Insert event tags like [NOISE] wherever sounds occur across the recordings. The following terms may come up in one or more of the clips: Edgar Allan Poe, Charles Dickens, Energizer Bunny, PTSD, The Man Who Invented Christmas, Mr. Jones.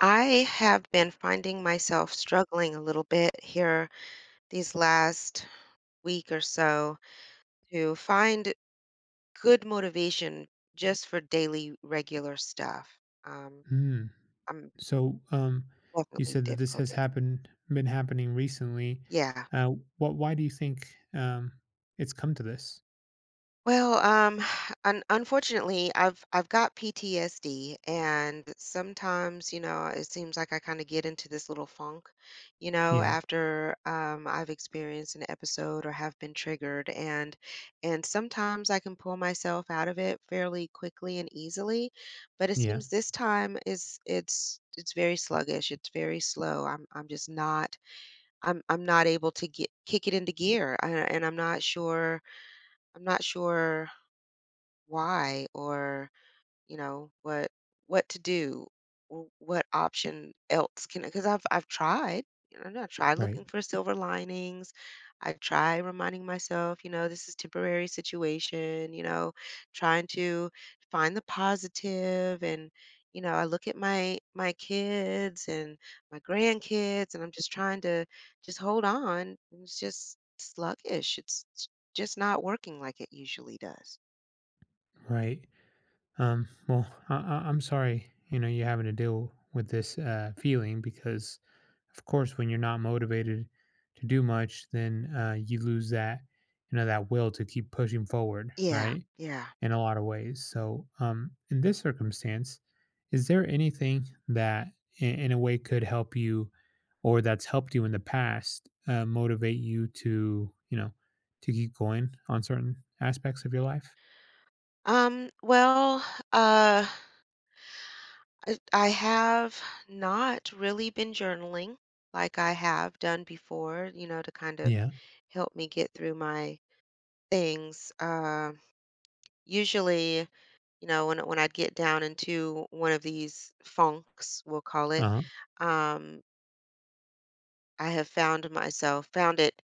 I have been finding myself struggling a little bit here these last week or so to find good motivation just for daily regular stuff. Um, Mm. I'm So you definitely said that this has difficulty. happened, been happening recently. Yeah. Uh, what? Why do you think um, it's come to this? Well, um, [SIGHS] un unfortunately, I've got PTSD, and sometimes, you know, it seems like I kind of get into this little funk, you know, Yeah. after I've experienced an episode or have been triggered, and sometimes I can pull myself out of it fairly quickly and easily, but it Yeah. seems this time is it's very sluggish, it's very slow. I'm just not I'm I'm not able to get kick it into gear, and I'm not sure. I'm not sure why or you know what to do or what option else can because I've tried, you know, I tried Right. looking for silver linings. I try reminding myself, you know, this is temporary situation, you know, trying to find the positive and, you know, I look at my my kids and my grandkids, and I'm just trying to just hold on. It's just sluggish, it's just not working like it usually does. Right. Well, I'm sorry. You know, you're having to deal with this feeling because, of course, when you're not motivated to do much, then you lose that, you know, that will to keep pushing forward. Yeah, Right. yeah. In a lot of ways. So, in this circumstance, is there anything that in a way could help you or that's helped you in the past motivate you to, you know, to keep going on certain aspects of your life? Um, well, uh, I have not really been journaling like I have done before, you know, to kind of Yeah. help me get through my things. Usually, you know, when I'd get down into one of these funks, we'll call Uh it, huh. um, I have found it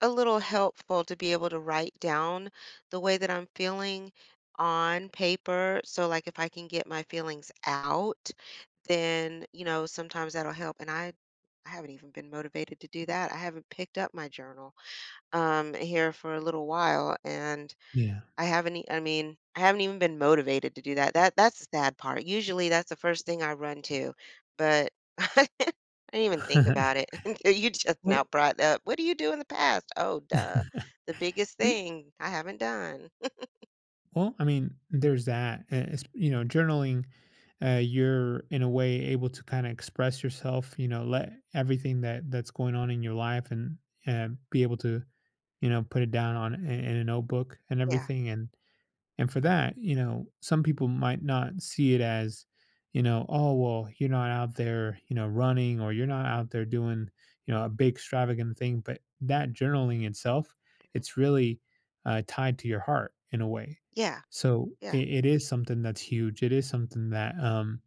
a little helpful to be able to write down the way that I'm feeling on paper. So, like, if I can get my feelings out, then, you know, sometimes that'll help. And I haven't even been motivated to do that. I haven't picked up my journal here for a little while. And Yeah. I mean, I haven't even been motivated to do that. That's the sad part. Usually that's the first thing I run to, but [LAUGHS] I didn't even think about it [LAUGHS] [LAUGHS] until you just Well, now brought up, "What do you do in the past?" Oh, duh. The biggest [LAUGHS] we, thing I haven't done. well, I mean, there's that. It's, you know, journaling, you're in a way able to kind of express yourself, you know, let everything that that's going on in your life and be able to you know, put it down on in a notebook and Yeah. everything. And for that, you know, some people might not see it as, you know, oh well, you're not out there, you know, running or you're not out there doing, you know, a big extravagant thing. But that journaling itself, Mhm. it's really tied to your heart in a way. Yeah, So yeah, it is something that's huge. It is something that, um,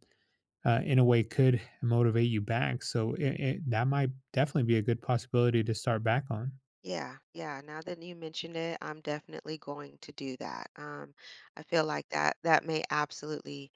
uh, in a way, could motivate you back. So that might definitely be a good possibility to start back on. yeah, yeah. Now that you mentioned it, I'm definitely going to do that. I feel like that may absolutely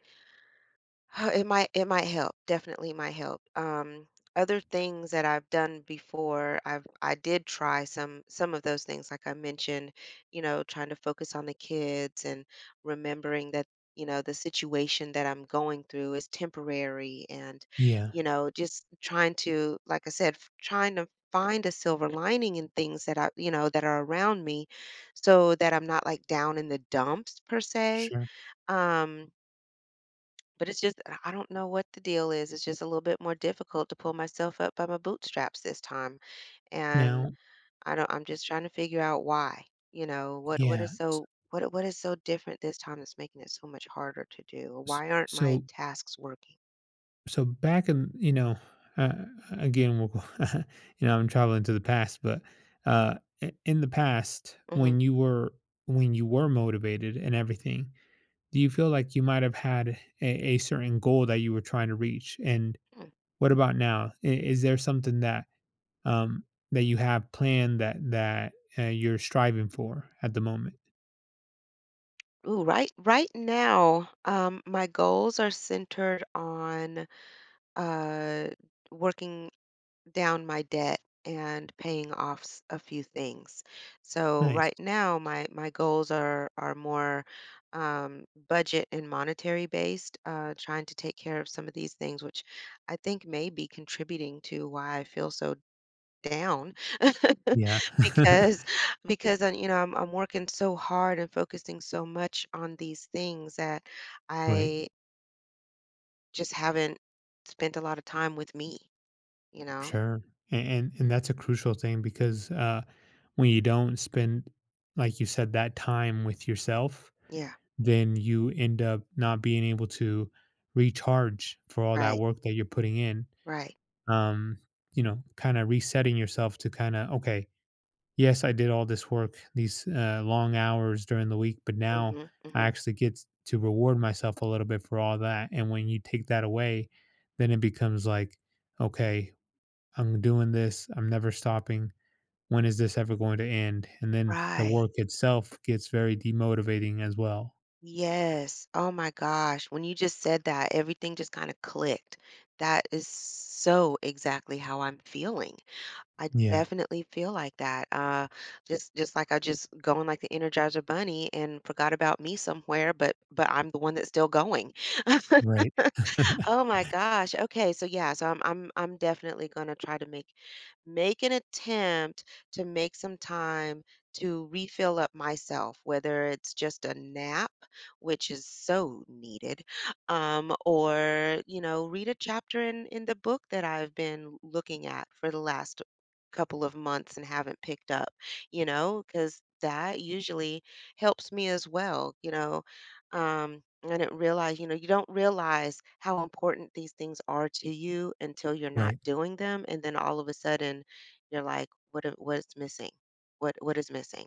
[SIGHS] It might help, definitely might help. Other things that I've done before, I did try some of those things, like I mentioned, you know, trying to focus on the kids and remembering that, you know, the situation that I'm going through is temporary, and, Yeah, you know, just trying to, like I said, trying to find a silver lining in things that I, you know, that are around me, so that I'm not like down in the dumps per se. sure. Um, but it's just, I don't know what the deal is. It's just a little bit more difficult to pull myself up by my bootstraps this time. And Now I don't I'm just trying to figure out why. You know, yeah. What is so different this time that's making it so much harder to do? Or S why aren't my So tasks working? so back in you know, uh, again, we'll go [LAUGHS] you know, I'm traveling to the past, but, uh, I in the past, Hmm. When you were motivated and everything, do you feel like you might have had a certain goal that you were trying to reach? And Mm. what about now? I Is there something that, um, that you have planned that that, you're striving for at the moment? Ooh, right right now, my goals are centered on uh working down my debt and paying off a few things. So Nice. right now my goals are more budget and monetary based, trying to take care of some of these things, which I think may be contributing to why I feel so down [LAUGHS] Yeah. because because I, you know, I'm working so hard and focusing so much on these things that [LAUGHS] Right. I just haven't spent a lot of time with me, you know? Sure. And that's a crucial thing because when you don't spend, like you said, that time with yourself, Yeah, then you end up not being able to recharge for all that right, work that you're putting in. right. Um, you know, kind of resetting yourself to kind of okay, yes, I did all this work, these long hours during the week, but now Mhm, I mhm. actually get to reward myself a little bit for all that. And when you take that away, then it becomes like okay I'm doing this. I'm never stopping. When is this ever going to end? And then the Right. work itself gets very demotivating as well. Yes. Oh my gosh. When you just said that, everything just kind of clicked. That is so exactly how I'm feeling. I Yeah. definitely feel like that. Just like I just going like the Energizer Bunny and forgot about me somewhere, but I'm the one that's still going. Right. [LAUGHS] [LAUGHS] Oh my gosh. Okay. So yeah, so I'm definitely gonna try to make an attempt to make some time to refill up myself, whether it's just a nap, which is so needed, or, you know, read a chapter in the book that I've been looking at for the last couple of months and haven't picked up, you know, because that usually helps me as well, you know, I didn't realize, you know, you don't realize how important these things are to you until you're not Right. doing them, and then all of a sudden, you're like, "What? What is missing? What? What is missing?"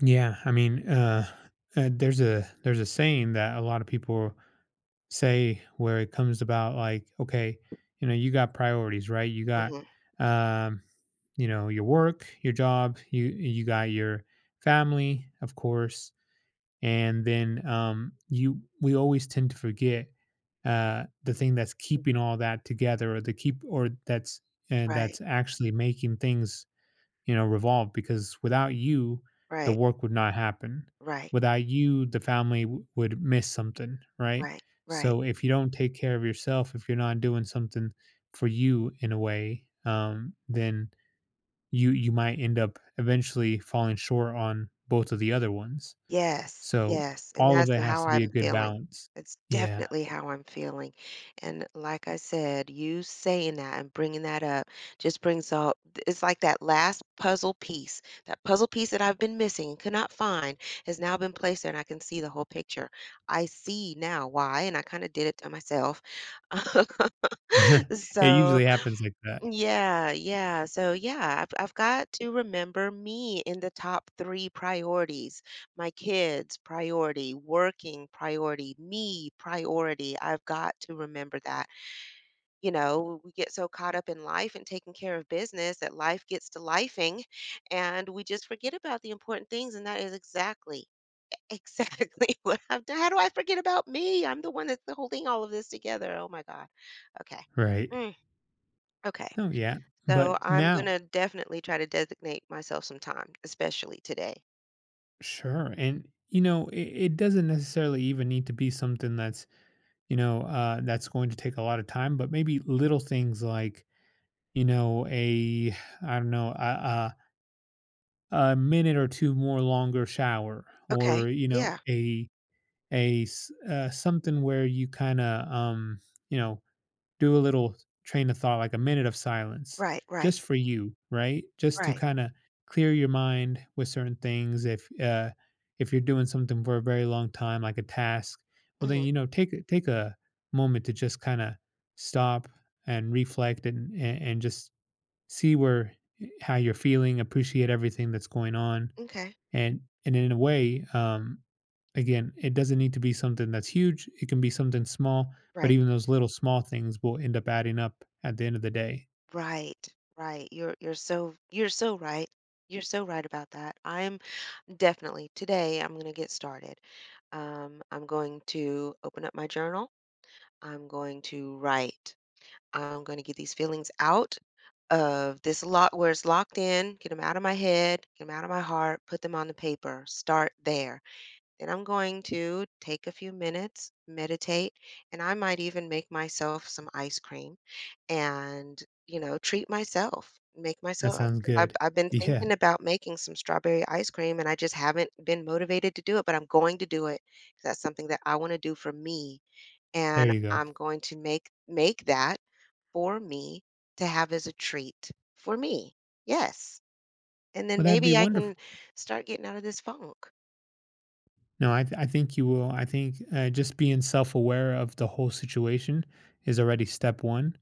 Yeah. I mean, there's a saying that a lot of people say where it comes about like, okay, you know, you got priorities, right? You got, Hmm. um, you know, your work, your job, you got your family, of course, and then you we always tend to forget the thing that's keeping all that together or the keep or that's and Right, that's actually making things you know revolve because without you the right, work would not happen right, without you the family would miss something right right, right. so if you don't take care of yourself if you're not doing something for you in a way then you might end up eventually falling short on both of the other ones Yes, so, yes, and all of that's it has how to be a I'm good feeling. balance. That's Yeah. definitely how I'm feeling, and like I said, you saying that and bringing that up just brings all. It's like that last puzzle piece. That puzzle piece that I've been missing and could not find has now been placed there, and I can see the whole picture. I see now why, and I kinda did it to myself. [LAUGHS] [LAUGHS] It So usually happens like that, yeah, yeah. So yeah, I've got to remember me in the top three priorities. My kids priority, working priority, me priority. I've got to remember that. You know, we get so caught up in life and taking care of business that life gets to lifing, and we just forget about the important things. And that is exactly, [LAUGHS] exactly what I've done. How do I forget about me? I'm the one that's holding all of this together. Oh my God. Okay. right? Mm, okay. No, yeah, So but I'm now gonna definitely try to designate myself some time, especially today. sure, and, you know, it doesn't necessarily even need to be something that's, you know, that's going to take a lot of time, but maybe little things like, you know, a I don't know, a minute or 2 more longer shower Okay. or, you know, Yeah. A s something where you kinda, you know, do a little train of thought, like a minute of silence Right. Right. just for you, right? Just to Right. kind of clear your mind with certain things. If you're doing something for a very long time, like a task, well, then Hmm. you know take take a moment to just kind of stop and reflect and just see where how you're feeling, appreciate everything that's going on, Okay. and and in a way again it doesn't need to be something that's huge it can be something small but Right. even those little small things will end up adding up at the end of the day. Right. Right. You're so right. You're so right about that. I'm definitely today I'm gonna get started. I'm going to open up my journal. I'm going to write. I'm going to get these feelings out of this lot where it's locked in, get them out of my head, get them out of my heart, put them on the paper, start there. Then I'm going to take a few minutes, meditate, and I might even make myself some ice cream and, you know, treat myself. Make That myself, sounds 'cause good. I've been Yeah. thinking about making some strawberry ice cream and I just haven't been motivated to do it, but I'm going to do it 'cause that's something that I want to do for me. There And you go. I'm going to make that for me to have as a treat for me. Yes. And then Well, that'd be maybe I wonderful. can start getting out of this funk. No I, th- I think you will. I think just being self-aware of the whole situation is already step one.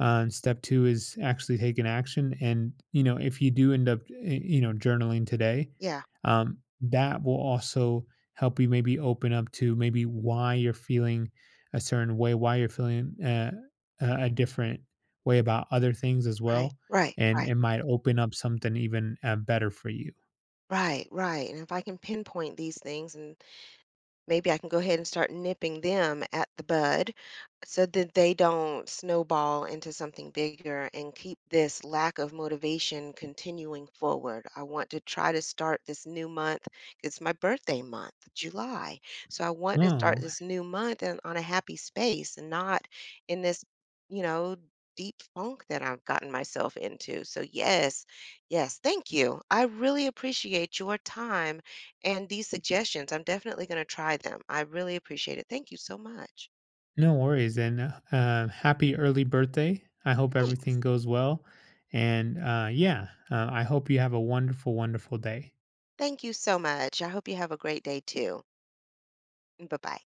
Step two is actually taking action. And, you know, if you do end up, you know, journaling today, Yeah, that will also help you maybe open up to maybe why you're feeling a certain way, why you're feeling a different way about other things as right, well. right, And right. it might open up something even better for you. Right, right, and if I can pinpoint these things and maybe I can go ahead and start nipping them at the bud so that they don't snowball into something bigger and keep this lack of motivation continuing forward. I want to try to start this new month. It's my birthday month, July. So I want to start Oh, this new month and on a happy space and not in this, you know, deep funk that I've gotten myself into. So yes, yes, thank you. I really appreciate your time and these suggestions, I'm definitely going to try them. I really appreciate it. Thank you so much. no worries. And happy early birthday. I hope everything Thanks. goes well. And yeah, I hope you have a wonderful, wonderful day. Thank you so much. I hope you have a great day too. Bye bye.